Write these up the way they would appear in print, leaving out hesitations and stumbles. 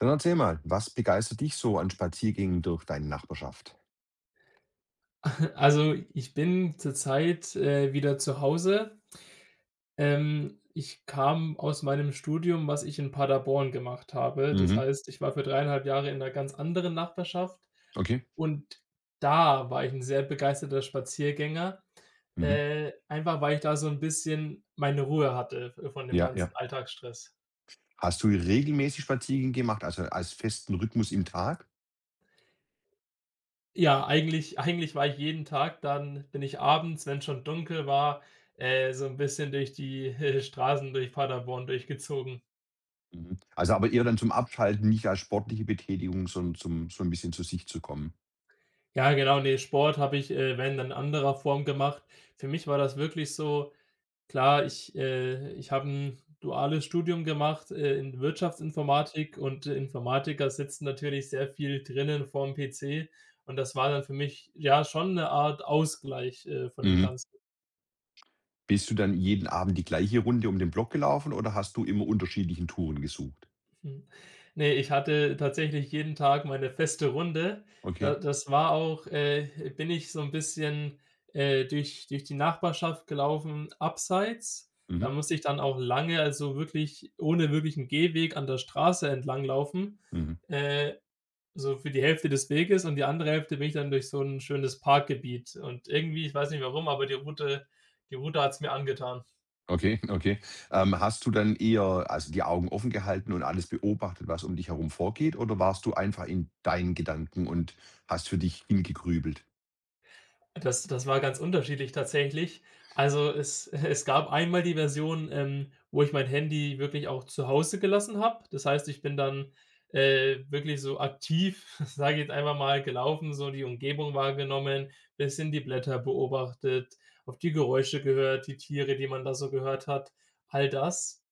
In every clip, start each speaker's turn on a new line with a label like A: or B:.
A: Dann erzähl mal, was begeistert dich so an Spaziergängen durch deine Nachbarschaft?
B: Also, ich bin zurzeit, wieder zu Hause. Ich kam aus meinem Studium, was ich in Paderborn gemacht habe. Das
A: Mhm.
B: heißt, ich war für dreieinhalb Jahre in einer ganz anderen Nachbarschaft
A: Okay.
B: und da war ich ein sehr begeisterter Spaziergänger,
A: Mhm.
B: einfach weil ich da so ein bisschen meine Ruhe hatte, von dem
A: Ja,
B: ganzen
A: ja.
B: Alltagsstress.
A: Hast du regelmäßig Spaziergänge gemacht, also als festen Rhythmus im Tag?
B: Ja, eigentlich war ich jeden Tag, dann bin ich abends, wenn schon dunkel war, so ein bisschen durch die, Straßen durch Paderborn durchgezogen.
A: Mhm. Also aber eher dann zum Abschalten, nicht als sportliche Betätigung, sondern zum so ein bisschen zu sich zu kommen.
B: Ja, genau, ne, Sport habe ich, wenn, dann in anderer Form gemacht. Für mich war das wirklich so klar, ich habe ein duales Studium gemacht, in Wirtschaftsinformatik, und Informatiker sitzen natürlich sehr viel drinnen vorm PC, und das war dann für mich, ja, schon eine Art Ausgleich, von dem
A: Mhm.
B: Ganzen.
A: Bist du dann jeden Abend die gleiche Runde um den Block gelaufen oder hast du immer unterschiedlichen Touren gesucht?
B: Hm. Ne, ich hatte tatsächlich jeden Tag meine feste Runde. Da,
A: Okay.
B: das war auch, bin ich so 'n bisschen, durch die Nachbarschaft gelaufen, abseits. Da
A: Mhm.
B: musste ich dann auch lange, also wirklich ohne wirklichen Gehweg an der Straße entlanglaufen,
A: Mhm.
B: äh, so für die Hälfte des Weges, und die andere Hälfte bin ich dann durch so 'n schönes Parkgebiet, und irgendwie, ich weiß nicht warum, aber die Route hat's mir angetan.
A: Okay, okay. Hast du dann eher, also, die Augen offen gehalten und alles beobachtet, was um dich herum vorgeht, oder warst du einfach in deinen Gedanken und hast für dich hingegrübelt?
B: Das war ganz unterschiedlich tatsächlich. Also, es es gab einmal die Version, wo ich mein Handy wirklich auch zu Hause gelassen habe. Das heißt, ich bin dann, wirklich so aktiv, sage ich jetzt einfach mal, gelaufen, so die Umgebung wahrgenommen, bisschen die Blätter beobachtet, auf die Geräusche gehört, die Tiere, die man da so gehört hat, all das.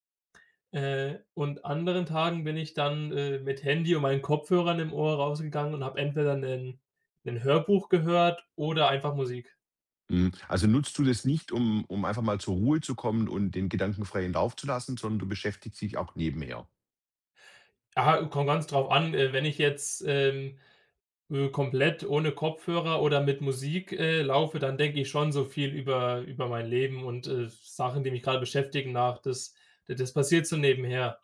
B: Und anderen Tagen bin ich dann, mit Handy und meinen Kopfhörern im Ohr rausgegangen und habe entweder 'nen Hörbuch gehört oder einfach Musik.
A: Mhm. Also, nutzt du das nicht, um einfach mal zur Ruhe zu kommen und den Gedanken freien Lauf zu lassen, sondern du beschäftigst dich auch nebenher?
B: Ja, kommt ganz drauf an, wenn ich jetzt, komplett ohne Kopfhörer oder mit Musik, laufe, dann denke ich schon so viel über mein Leben und, Sachen, die mich gerade beschäftigen, nach. Das passiert so nebenher.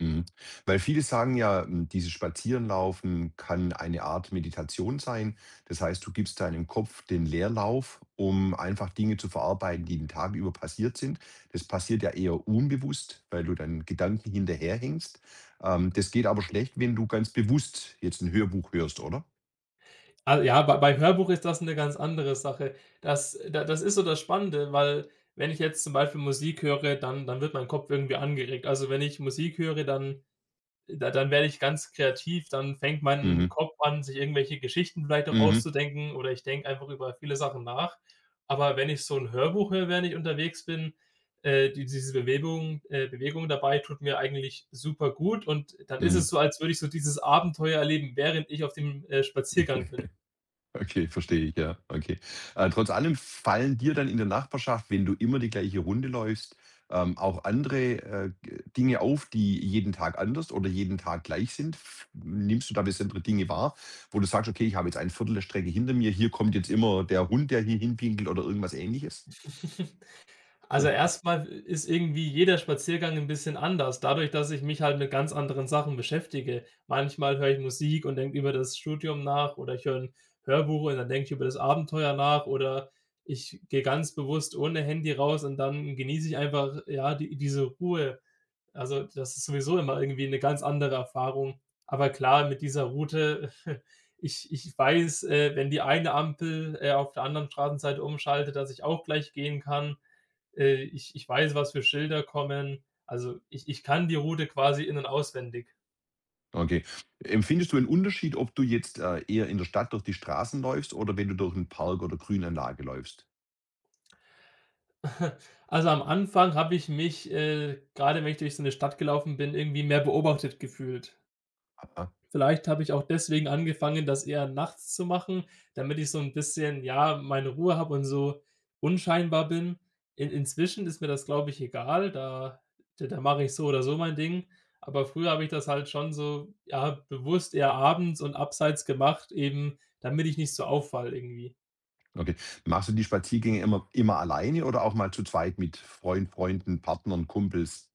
A: Mhm. Weil viele sagen ja, dieses Spazierenlaufen kann eine Art Meditation sein. Das heißt, du gibst deinem Kopf den Leerlauf, um einfach Dinge zu verarbeiten, die den Tag über passiert sind. Das passiert ja eher unbewusst, weil du deinen Gedanken hinterherhängst. Das geht aber schlecht, wenn du ganz bewusst jetzt ein Hörbuch hörst, oder?
B: Ah, ja, beim Hörbuch ist das eine ganz andere Sache. Das ist so das Spannende, weil wenn ich jetzt zum Beispiel Musik höre, dann wird mein Kopf irgendwie angeregt. Also, wenn ich Musik höre, dann werde ich ganz kreativ, dann fängt mein
A: Mhm.
B: Kopf an, sich irgendwelche Geschichten vielleicht auch
A: Mhm.
B: auszudenken, oder ich denke einfach über viele Sachen nach. Aber wenn ich so 'n Hörbuch höre, während ich unterwegs bin, die diese Bewegung dabei tut mir eigentlich super gut, und dann ist
A: Mhm.
B: es so, als würde ich so dieses Abenteuer erleben, während ich auf dem, Spaziergang bin.
A: Okay, verstehe ich, ja, okay. Trotz allem fallen dir dann in der Nachbarschaft, wenn du immer die gleiche Runde läufst, auch andere, g Dinge auf, die jeden Tag anders oder jeden Tag gleich sind? F nimmst du da besondere Dinge wahr, wo du sagst: „Okay, ich habe jetzt ein Viertel der Strecke hinter mir, hier kommt jetzt immer der Hund, der hier hinpinkelt“ oder irgendwas Ähnliches?
B: Also, erstmal ist irgendwie jeder Spaziergang ein bisschen anders, dadurch, dass ich mich halt mit ganz anderen Sachen beschäftige. Manchmal höre ich Musik und denke über das Studium nach, oder ich höre 'n Hörbuch und dann denke ich über das Abenteuer nach, oder ich gehe ganz bewusst ohne Handy raus und dann genieße ich einfach, ja, die diese Ruhe. Also, das ist sowieso immer irgendwie eine ganz andere Erfahrung. Aber klar, mit dieser Route, ich weiß, wenn die eine Ampel, auf der anderen Straßenseite umschaltet, dass ich auch gleich gehen kann. Ich weiß, was für Schilder kommen. Also, ich kann die Route quasi in- und auswendig.
A: Okay. Empfindest du einen Unterschied, ob du jetzt, eher in der Stadt durch die Straßen läufst oder wenn du durch einen Park oder Grünanlage läufst?
B: Also, am Anfang habe ich mich, grade wenn ich durch so eine Stadt gelaufen bin, irgendwie mehr beobachtet gefühlt. Vielleicht habe ich auch deswegen angefangen, das eher nachts zu machen, damit ich so 'n bisschen, ja, meine Ruhe habe und so unscheinbar bin. In inzwischen ist mir das, glaube ich, egal, da mache ich so oder so mein Ding. Aber früher habe ich das halt schon so, ja, bewusst eher abends und abseits gemacht, eben damit ich nicht so auffalle irgendwie.
A: Okay. Machst du die Spaziergänge immer alleine oder auch mal zu zweit mit Freund, Freunden, Partnern, Kumpels?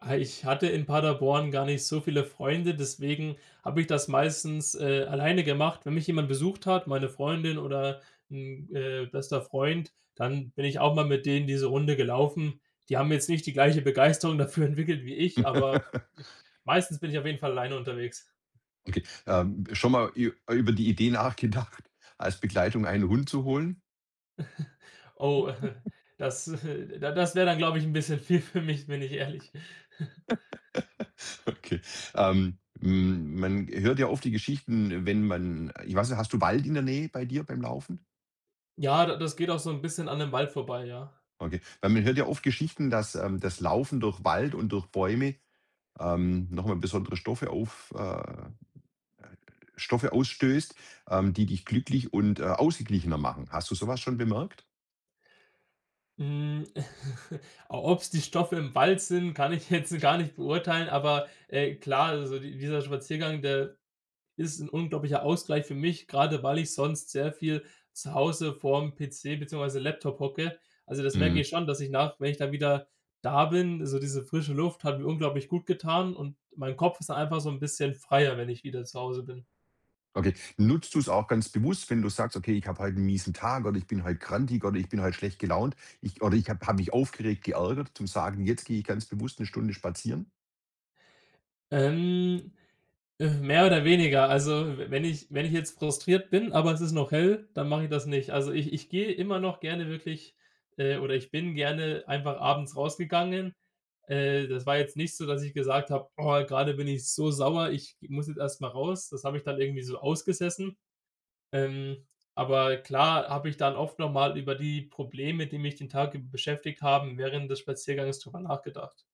B: Ah, ich hatte in Paderborn gar nicht so viele Freunde, deswegen habe ich das meistens, alleine gemacht. Wenn mich jemand besucht hat, meine Freundin oder ein, bester Freund, dann bin ich auch mal mit denen diese Runde gelaufen. Die haben jetzt nicht die gleiche Begeisterung dafür entwickelt wie ich, aber meistens bin ich auf jeden Fall alleine unterwegs.
A: Okay, schon mal ü über die Idee nachgedacht, als Begleitung einen Hund zu holen?
B: Oh, das wäre dann, glaube ich, ein bisschen viel für mich, bin ich ehrlich.
A: Okay. Man hört ja oft die Geschichten, wenn man ich weiß nicht, hast du Wald in der Nähe bei dir beim Laufen?
B: Ja, da das geht auch so ein bisschen an dem Wald vorbei, ja.
A: Okay. Weil man hört ja oft Geschichten, dass, das Laufen durch Wald und durch Bäume, noch besondere Stoffe auf Stoffe ausstößt, die dich glücklich und, ausgeglichener machen. Hast du sowas schon bemerkt?
B: Mm, ob es die Stoffe im Wald sind, kann ich jetzt gar nicht beurteilen, aber, klar, also di dieser Spaziergang, der ist ein unglaublicher Ausgleich für mich, gerade weil ich sonst sehr viel zu Hause vorm PC beziehungsweise Laptop hocke. Also, das merke
A: Mhm.
B: ich schon, dass ich nach, wenn ich dann wieder da bin, so diese frische Luft hat mir unglaublich gut getan und mein Kopf ist dann einfach so ein bisschen freier, wenn ich wieder zu Hause bin.
A: Okay. Nutzt du es auch ganz bewusst, wenn du sagst: „Okay, ich habe heute einen miesen Tag oder ich bin heute grantig oder ich bin heute schlecht gelaunt. Ich oder ich habe mich aufgeregt, geärgert“, zum Sagen: „Jetzt gehe ich ganz bewusst eine Stunde spazieren?“
B: Ähm, mehr oder weniger. Also, w wenn ich wenn ich jetzt frustriert bin, aber es ist noch hell, dann mache ich das nicht. Also, ich gehe immer noch gerne wirklich, oder ich bin gerne einfach abends rausgegangen. Das war jetzt nicht so, dass ich gesagt habe: „Oh, grade bin ich so sauer, ich muss jetzt erst mal raus.“ Das habe ich dann irgendwie so ausgesessen. Ähm, aber klar habe ich dann oft noch mal über die Probleme, die mich den Tag über beschäftigt haben, während des Spaziergangs drüber nachgedacht.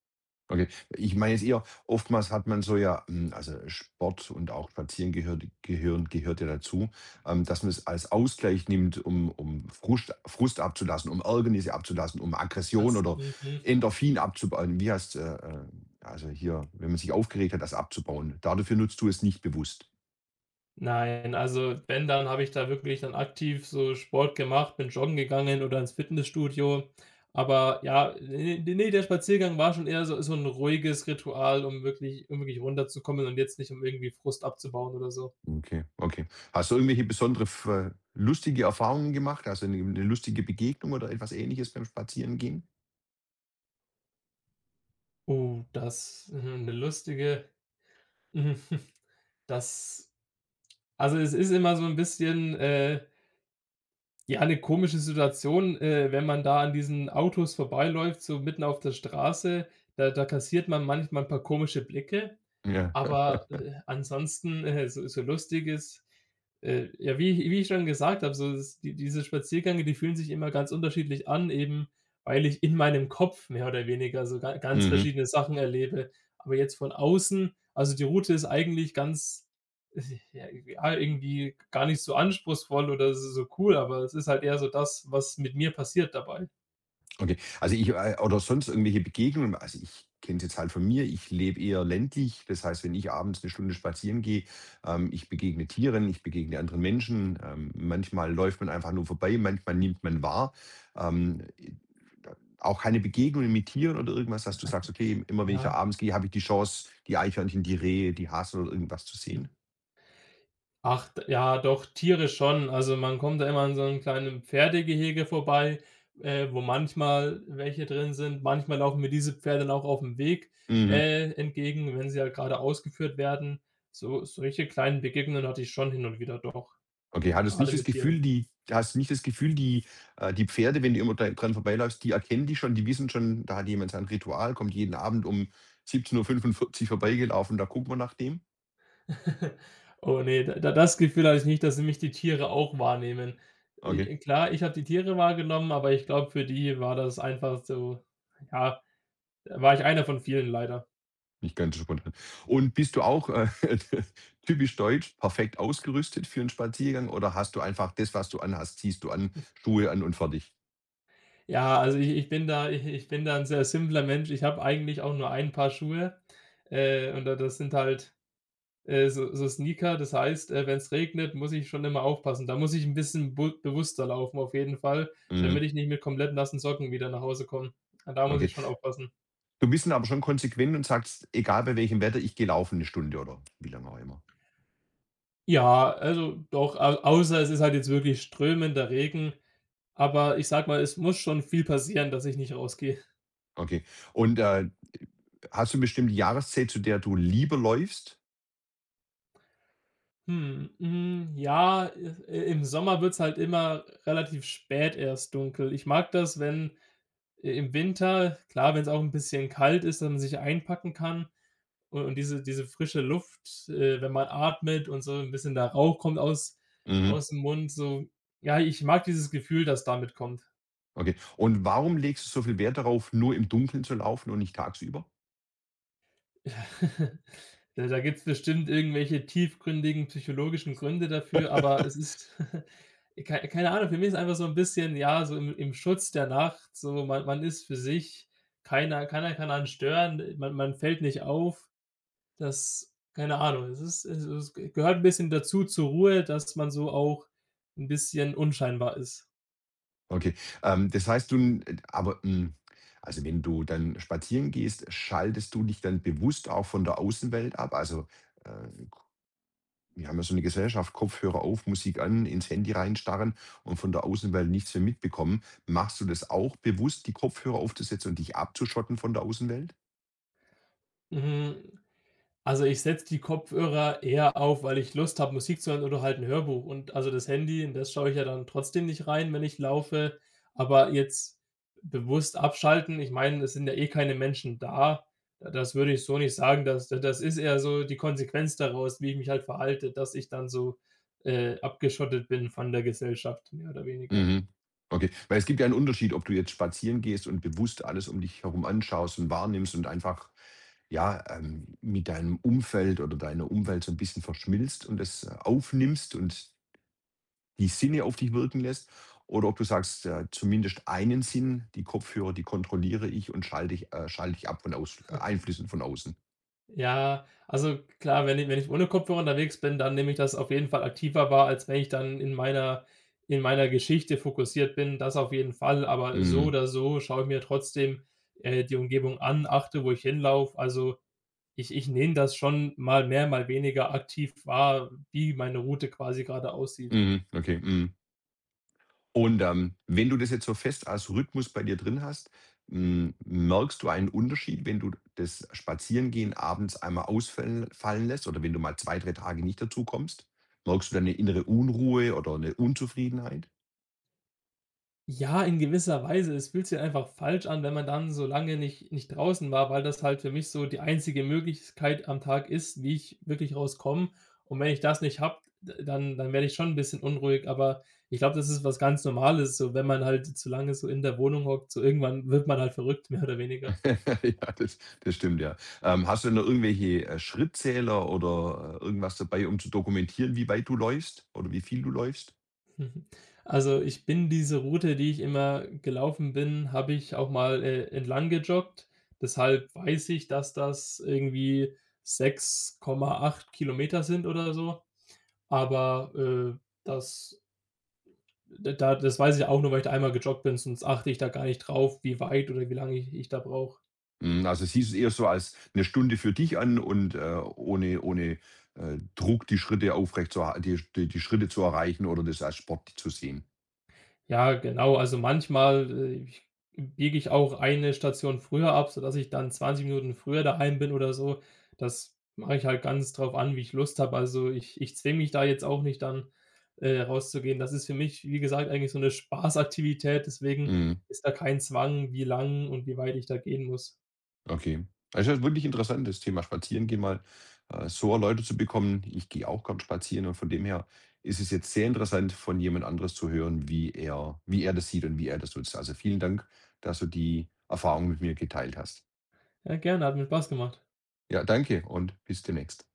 A: Okay. Ich meine jetzt eher, oftmals hat man so ja, also Sport und auch Spazieren gehört ja dazu, dass man es als Ausgleich nimmt, um Frust abzulassen, um Ärgernisse abzulassen, um Aggression
B: Das,
A: oder
B: mhm.
A: Endorphin abzubauen. Wie heißt also hier, wenn man sich aufgeregt hat, das abzubauen. Dafür nutzt du es nicht bewusst.
B: Nein, also wenn, dann habe ich da wirklich dann aktiv so Sport gemacht, bin joggen gegangen oder ins Fitnessstudio. Aber ja, ne, der Spaziergang war schon eher so so ein ruhiges Ritual, um wirklich, runterzukommen und jetzt nicht, um irgendwie Frust abzubauen oder so.
A: Okay, okay. Hast du irgendwelche besondere f lustige Erfahrungen gemacht? Also eine lustige Begegnung oder etwas Ähnliches beim Spazierengehen?
B: Oh, das mhm, 'ne lustige, mhm, das, also es ist immer so ein bisschen, ja, eine komische Situation, wenn man da an diesen Autos vorbeiläuft, so mitten auf der Straße, da kassiert man manchmal ein paar komische Blicke.
A: Ja.
B: Aber, ansonsten, so so lustig ist, ja, wie ich schon gesagt habe, so das die diese Spaziergänge, die fühlen sich immer ganz unterschiedlich an, eben weil ich in meinem Kopf mehr oder weniger so ga ganz
A: Mhm.
B: verschiedene Sachen erlebe. Aber jetzt von außen, also die Route ist eigentlich ganz, ja, ja, irgendwie gar nicht so anspruchsvoll oder so so cool, aber es ist halt eher so das, was mit mir passiert dabei,
A: Okay. Also, ich oder sonst irgendwelche Begegnungen also, ich kenne es jetzt halt von mir, ich lebe eher ländlich. Das heißt, wenn ich abends eine Stunde spazieren gehe, ich begegne Tieren, ich begegne anderen Menschen. Manchmal läuft man einfach nur vorbei, manchmal nimmt man wahr. Ähm, äh, auch keine Begegnungen mit Tieren oder irgendwas, dass du sagst: „Okay, immer wenn ich da
B: ja.
A: abends gehe, habe ich die Chance, die Eichhörnchen, die Rehe, die Hasen oder irgendwas zu sehen?“
B: Ach, doch, Tiere schon. Also, man kommt da immer an so einem kleinen Pferdegehege vorbei, wo manchmal welche drin sind. Manchmal laufen mir diese Pferde dann auch auf dem Weg,
A: Mhm.
B: entgegen, wenn sie halt grade ausgeführt werden. So solche kleinen Begegnungen hatte ich schon hin und wieder doch,
A: Okay, hattest
B: gerade
A: nicht das
B: mit Tieren.
A: Gefühl, die hast du nicht das Gefühl, die Pferde, wenn du immer da dran vorbeiläufst, die erkennen die schon, die wissen schon, da hat jemand sein Ritual, kommt jeden Abend um 17:45 vorbeigelaufen, da gucken wir nach dem?
B: Oh nee, da das Gefühl hatte ich nicht, dass mich die Tiere auch wahrnehmen.
A: Okay,
B: Klar, ich habe die Tiere wahrgenommen, aber ich glaube, für die war das einfach so, ja, da war ich einer von vielen leider.
A: nicht ganz so spontan. Und bist du auch, typisch deutsch, perfekt ausgerüstet für einen Spaziergang oder hast du einfach das, was du anhast, ziehst du an, Schuhe an und fertig?
B: Ja, also ich bin da ein sehr simpler Mensch. Ich habe eigentlich auch nur ein Paar Schuhe, und da das sind halt, so so Sneaker. Das heißt, wenn es regnet, muss ich schon immer aufpassen. Da muss ich ein bisschen bu bewusster laufen auf jeden Fall, damit
A: Mhm,
B: ich nicht mit komplett nassen Socken wieder nach Hause komme. Da muss
A: okay.
B: ich schon aufpassen.
A: Du bist dann aber schon konsequent und sagst: „Egal bei welchem Wetter, ich gehe laufen eine Stunde“ oder wie lange auch immer.
B: Ja, also doch, au außer es ist halt jetzt wirklich strömender Regen, aber ich sag mal, es muss schon viel passieren, dass ich nicht rausgehe.
A: Okay. Und, hast du bestimmte Jahreszeit, zu der du lieber läufst?
B: Hm, hm, ja, i im Sommer wird's halt immer relativ spät erst dunkel. Ich mag das, wenn, i im Winter klar, wenn es auch ein bisschen kalt ist, dass man sich einpacken kann, u und diese diese frische Luft, wenn man atmet und so ein bisschen der Rauch kommt aus,
A: Mhm.
B: aus dem Mund, so. Ja, ich mag dieses Gefühl, das damit kommt.
A: Okay. Und warum legst du so viel Wert darauf, nur im Dunkeln zu laufen und nicht tagsüber?
B: Da gibt's bestimmt irgendwelche tiefgründigen psychologischen Gründe dafür, aber es ist, keine Ahnung, für mich ist einfach so ein bisschen, ja, so im, im Schutz der Nacht, so man ist für sich, keiner kann einen stören, man fällt nicht auf. Das, keine Ahnung, es ist es es gehört ein bisschen dazu zur Ruhe, dass man so auch ein bisschen unscheinbar ist.
A: Okay. Das heißt, du n aber, also, wenn du dann spazieren gehst, schaltest du dich dann bewusst auch von der Außenwelt ab? Also, äh, wir haben ja so eine Gesellschaft, Kopfhörer auf, Musik an, ins Handy reinstarren und von der Außenwelt nichts mehr mitbekommen. Machst du das auch bewusst, die Kopfhörer aufzusetzen und dich abzuschotten von der Außenwelt?
B: Mhm. Also, ich setze die Kopfhörer eher auf, weil ich Lust habe, Musik zu hören oder halt 'n Hörbuch, und also, das Handy, in das schaue ich ja dann trotzdem nicht rein, wenn ich laufe, aber jetzt bewusst abschalten, ich meine, es sind ja eh keine Menschen da. Das würde ich so nicht sagen, das ist eher so die Konsequenz daraus, wie ich mich halt verhalte, dass ich dann so, abgeschottet bin von der Gesellschaft, mehr oder weniger.
A: Mhm. Okay, weil es gibt ja einen Unterschied, ob du jetzt spazieren gehst und bewusst alles um dich herum anschaust und wahrnimmst und einfach, ja, mit deinem Umfeld oder deiner Umwelt so ein bisschen verschmilzt und es aufnimmst und die Sinne auf dich wirken lässt oder ob du sagst, zumindest einen Sinn, die Kopfhörer, die kontrolliere ich und schalte ich ab von aus Einflüssen von außen.
B: Ja, also klar, wenn ich ohne Kopfhörer unterwegs bin, dann nehme ich das auf jeden Fall aktiver wahr, als wenn ich dann in meiner, Geschichte fokussiert bin, das auf jeden Fall. Aber so
A: Mhm.
B: oder so schaue ich mir trotzdem, die Umgebung an, achte, wo ich hinlaufe. Also, ich nehme das schon mal mehr, mal weniger aktiv wahr, wie meine Route quasi gerade aussieht.
A: Mhm. Okay. Mhm. Und, wenn du das jetzt so fest als Rhythmus bei dir drin hast, merkst du einen Unterschied, wenn du das Spazierengehen abends einmal ausfallen fallen lässt oder wenn du mal 2 3 Tage nicht dazu kommst? Merkst du da 'ne innere Unruhe oder eine Unzufriedenheit?
B: Ja, in gewisser Weise. Es fühlt sich einfach falsch an, wenn man dann so lange nicht draußen war, weil das halt für mich so die einzige Möglichkeit am Tag ist, wie ich wirklich rauskomme. Und wenn ich das nicht habe, dann werde ich schon ein bisschen unruhig, aber ich glaube, das ist was ganz Normales, so wenn man halt zu lange so in der Wohnung hockt, so irgendwann wird man halt verrückt, mehr oder weniger.
A: Ja, das stimmt, ja. Hast du denn da irgendwelche, Schrittzähler oder, irgendwas dabei, um zu dokumentieren, wie weit du läufst oder wie viel du läufst?
B: Mhm. Also, ich bin diese Route, die ich immer gelaufen bin, habe ich auch mal, entlang gejoggt. Deshalb weiß ich, dass das irgendwie 6,8 Kilometer sind oder so. Aber, das, da das weiß ich auch nur, weil ich da einmal gejoggt bin, sonst achte ich da gar nicht drauf, wie weit oder wie lange ich da brauche.
A: Mhm, also siehst du es eher so als eine Stunde für dich an und, ohne Druck die Schritte aufrecht zu erha die die die Schritte zu erreichen oder das als Sport zu sehen.
B: Ja, genau. Also manchmal, ich biege ich auch eine Station früher ab, sodass ich dann 20 Minuten früher daheim bin oder so. Das mache ich halt ganz drauf an, wie ich Lust habe. Also ich zwinge mich da jetzt auch nicht dann, rauszugehen. Das ist für mich, wie gesagt, eigentlich so eine Spaßaktivität, deswegen
A: Mhm,
B: ist da kein Zwang, wie lang und wie weit ich da gehen muss.
A: okay. Das ist ja wirklich interessant, das Thema Spazierengehen mal, so erläutert zu bekommen. Ich gehe auch gern spazieren und von dem her ist es jetzt sehr interessant, von jemand anderes zu hören, wie er das sieht und wie er das nutzt. Also, vielen Dank, dass du die Erfahrung mit mir geteilt hast.
B: Ja, gerne, hat mir Spaß gemacht.
A: Ja, danke und bis demnächst.